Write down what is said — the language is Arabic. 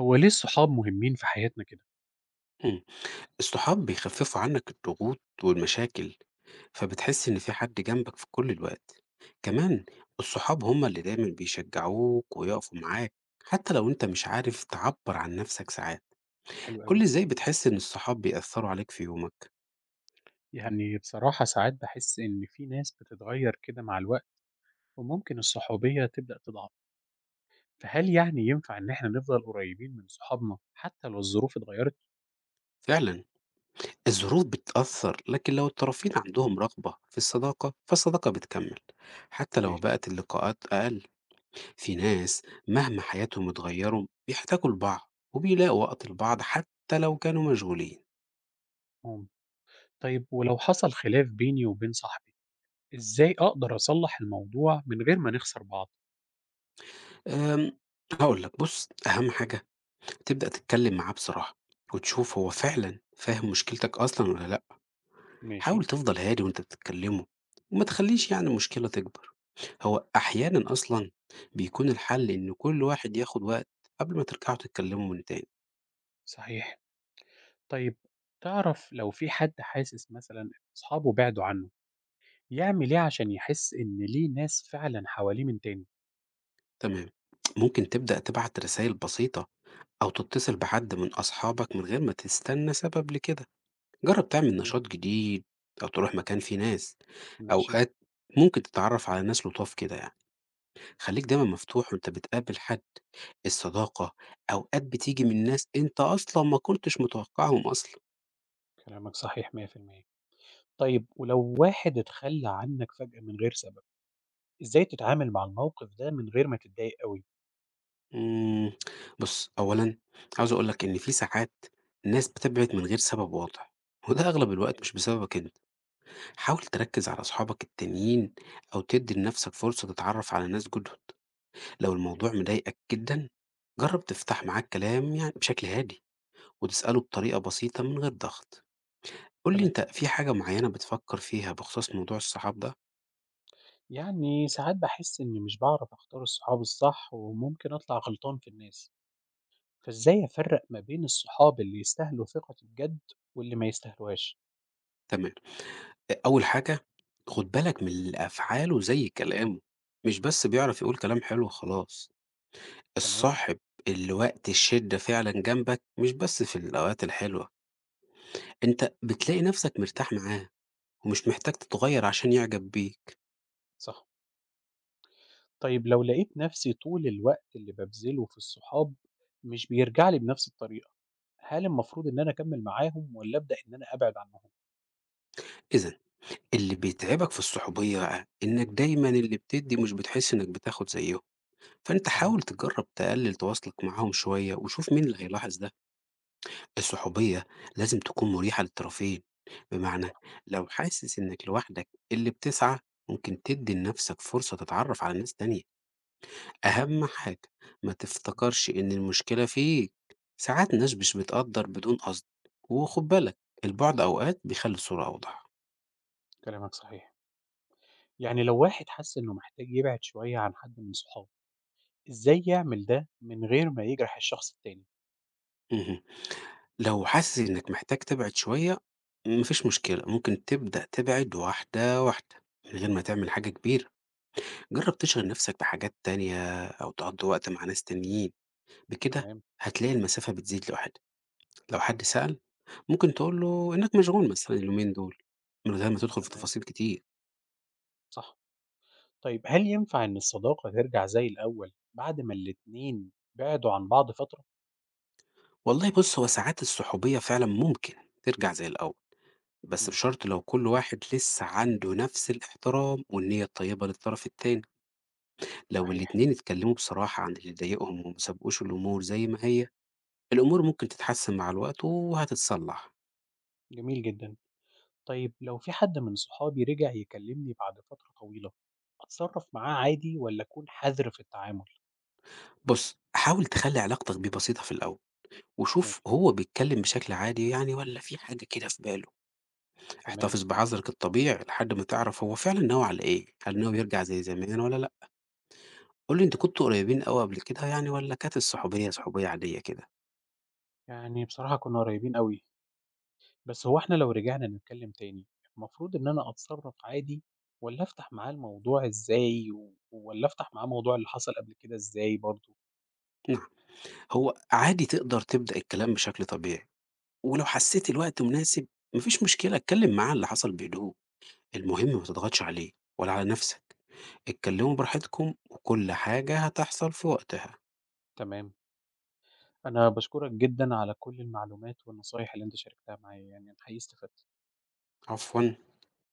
هو ليه الصحاب مهمين في حياتنا كده؟ إمم. الصحاب بيخفّفوا عنّك الضغوط والمشاكل، فبتحس إن في حد جنبك في كل الوقت. كمان الصحاب هم اللي دايمًا بيشجّعوك ويقفوا معاك حتّى لو أنت مش عارف تعبّر عن نَفْسك ساعات. حلو قُل لي أوي. إزاي بتحس إن الصحاب بيأثّروا عليك في يومك؟ يعني بصراحة ساعات باحس إن في ناس بتتغير كده مع الوقت وممكن الصحوبية تبدأ تضعف، فهل يعني ينفع إن إحنا نفضل قريبين من صحابنا حتى لو الظروف اتغيرت؟ فعلًا الظروف بتأثّر، لكن لو الطرفين عندهم رغبة في الصداقة، فالصداقة بتكمّل حتّى لو ماشي. بقت اللقاءات أقل. في ناس مهما حياتهم اتغيروا بيحتاجوا لبعض وبيلاقوا وقت لبعض حتى لو كانوا مشغولين. مم. طيب ولو حصل خلاف بيني وبين صاحبي، إزاي أقدر أصلح الموضوع من غير ما نخسر بعض؟ أم هقول لك، بص، أهم حاجة تبدأ تتكلم معاه بصراحة وتشوف هو فعلا فاهم مشكلتك أصلا ولا لأ. ماشي. حاول تفضل هادي وأنت بتتكلمه وما تخليش يعني المشكلة تكبر. هو أحيانا أصلا بيكون الحل إن كل واحد ياخد وقت قبل ما ترجعوا تتكلموا من تاني. صحيح. طيب تعرف لو في حد حاسس مثلا إن أصحابه بعدوا عنه، يعمل إيه عشان يحس إن ليه ناس فعلا حواليه من تاني؟ تمام. ممكن تبدأ تبعت رسايل بسيطة أو تتصل بحد من أصحابك من غير ما تستنى سبب لكده. جرب تعمل نشاط جديد أو تروح مكان فيه ناس. ماشي. أوقات ممكن تتعرف على ناس لطاف كده يعني. خليك دايما مفتوح وانت بتقابل حد. الصداقة أوقات بتيجي من ناس انت أصلا ما كنتش متوقعهم أصلا. كلامك صحيح 100%. طيب ولو واحد اتخلّى عنّك فجأة من غير سبب، إزاي تتعامل مع الموقف ده من غير ما تتضايق أوي؟ مم. بص، أولا عاوز أقولك إن في ساعات ناس بتبعد من غير سبب واضح، وده أغلب الوقت حلو. مش بسببك انت. حاول تركز على أصحابك التانيين أو تدي لنفسك فرصة تتعرف على ناس جدد لو الموضوع جميل. مضايقك جدا. جرب تفتح معاك كلام يعني بشكل هادي وتسأله بطريقة بسيطة من غير ضغط. قول لي تمام. أنت في حاجة معينة بتفكر فيها بخصوص موضوع الصحاب ده؟ يعني ساعات باحس إنّي مش باعرف أختار الصحاب الصح وممكن أطلع غلطان في الناس، فإزاي أفرّق ما بين الصحاب اللي يستاهلوا ثقتي بجد واللي ما يستاهلوهاش؟ تمام. أول حاجة، خد بالك من أفعاله زي كلامه. مش بس بيعرف يقول كلام حلو خلاص. تمام. الصاحب اللي وقت الشدة فعلا جنبك مش بس في الأوقات الحلوة. أنت بتلاقي نفسك مرتاح معاه ومش محتاج تتغيّر عشان يعجب بيك. صح. طيب لو لقيت نفسي طول الوقت اللي بابذله في الصحاب مش بيرجع لي بنفس الطريقة، هل المفروض إن أنا أكمّل معاهم والّا أبدأ إن أنا أبعد عنّهم؟ إذًا، اللي بيتعبك في الصحوبية بقى إنك دايمًا اللي بتدّي ومش بتحس إنك بتاخد زيّهم، فأنت أها. حاول تجرّب تقلل تواصلك معاهم شوية وشوف مين اللي هيلاحظ ده. الصحوبية لازم تكون مريحة للطرفين، بمعنى لو حاسس إنك لوحدك اللي بتسعى، ممكن تدّي لنفسك فرصة تتعرّف على ناس تانية. أهم حاجة ما تفتكرش إن المشكلة فيك، ساعات ناس مش بتقدّر بدون قصد، وخُد بالك البُعد أوقات بيخلّي الصورة أوضح. كلامك صحيح. يعني لو واحد حس إنه محتاج يبعد شوية عن حد من صحابه، إزاي يعمل ده من غير ما يجرح الشخص التاني؟ اهم. لو حاسس إنك محتاج تبعد شوية، ما فيش مشكلة، ممكن تبدأ تبعد واحدة، واحدة، من غير ما تعمل حاجة كبيرة. جرّب تشغِل نَفْسك بحاجات تانية أو تقضّي وقت مع ناس تانيين، بكده تمام، هتلاقي المسافة بتزيد لوحدها. لو حد سأل، ممكن تقول له إنك مشغول مثلًا اليومين دول، من غير ما تدخُل في تمام، تفاصيل كتير. صح. طيب هل ينفع إن الصداقة ترجع زي الأول بعد ما الاتنين بعدوا عن بعض فترة؟ والله بُص، هو ساعات الصحوبية فعلًا ممكن ترجع زي الأول، بس ماشي. بشرط لو كل واحد لسه عنده نَفْس الاحترام والنية الطيبة للطرف التاني. لو صحيح. الاتنين اتكلموا بصراحة عن اللي ضايقهم وما سابقوش الأمور زي ما هي، الأمور ممكن تتحسن مع الوقت وهتتصلح. جميل جدًا. طيب لو في حد من صحابي رجع يكلمني بعد فترة طويلة، أتصرف معاه عادي والّا أكون حذر في التعامل؟ بص، حاول تخلي علاقتك بيه بسيطة في الأول وشوف ماشي. هو بيتكلم بشكل عادي يعني ولا في حاجة كده في باله. تمام. احتفظ بحذرك الطبيعي لحد ما تعرف هو فعلا ناوي على إيه، هل ناوي يرجع زي زمان ولا لأ. قول لي، انتوا كنتوا قريبين قوي قبل كده يعني ولا كانت الصحوبية صحوبية عادية كده؟ يعني بصراحة كنا قريبين أوي. بس هو إحنا لو رجعنا نتكلم تاني، المفروض إن أنا أتصرّف عادي والّا أفتح معاه الموضوع إزاي والّا أفتح معاه موضوع اللي حصل قبل كده إزاي برضه؟ نعم، هو عادي تقدر تبدأ الكلام بشكل طبيعي، ولو حسيت الوقت مناسب مفيش مشكلة اتكلم معاه اللي حصل بهدوء. المهم ما تضغطش عليه ولا على نفسك. اتكلموا براحتكم وكل حاجة هتحصل في وقتها. تمام. أنا باشكرك جدًا على كل المعلومات والنصايح اللي أنت شاركتها معايا، يعني أنا حقيقي استفدت. عفوا.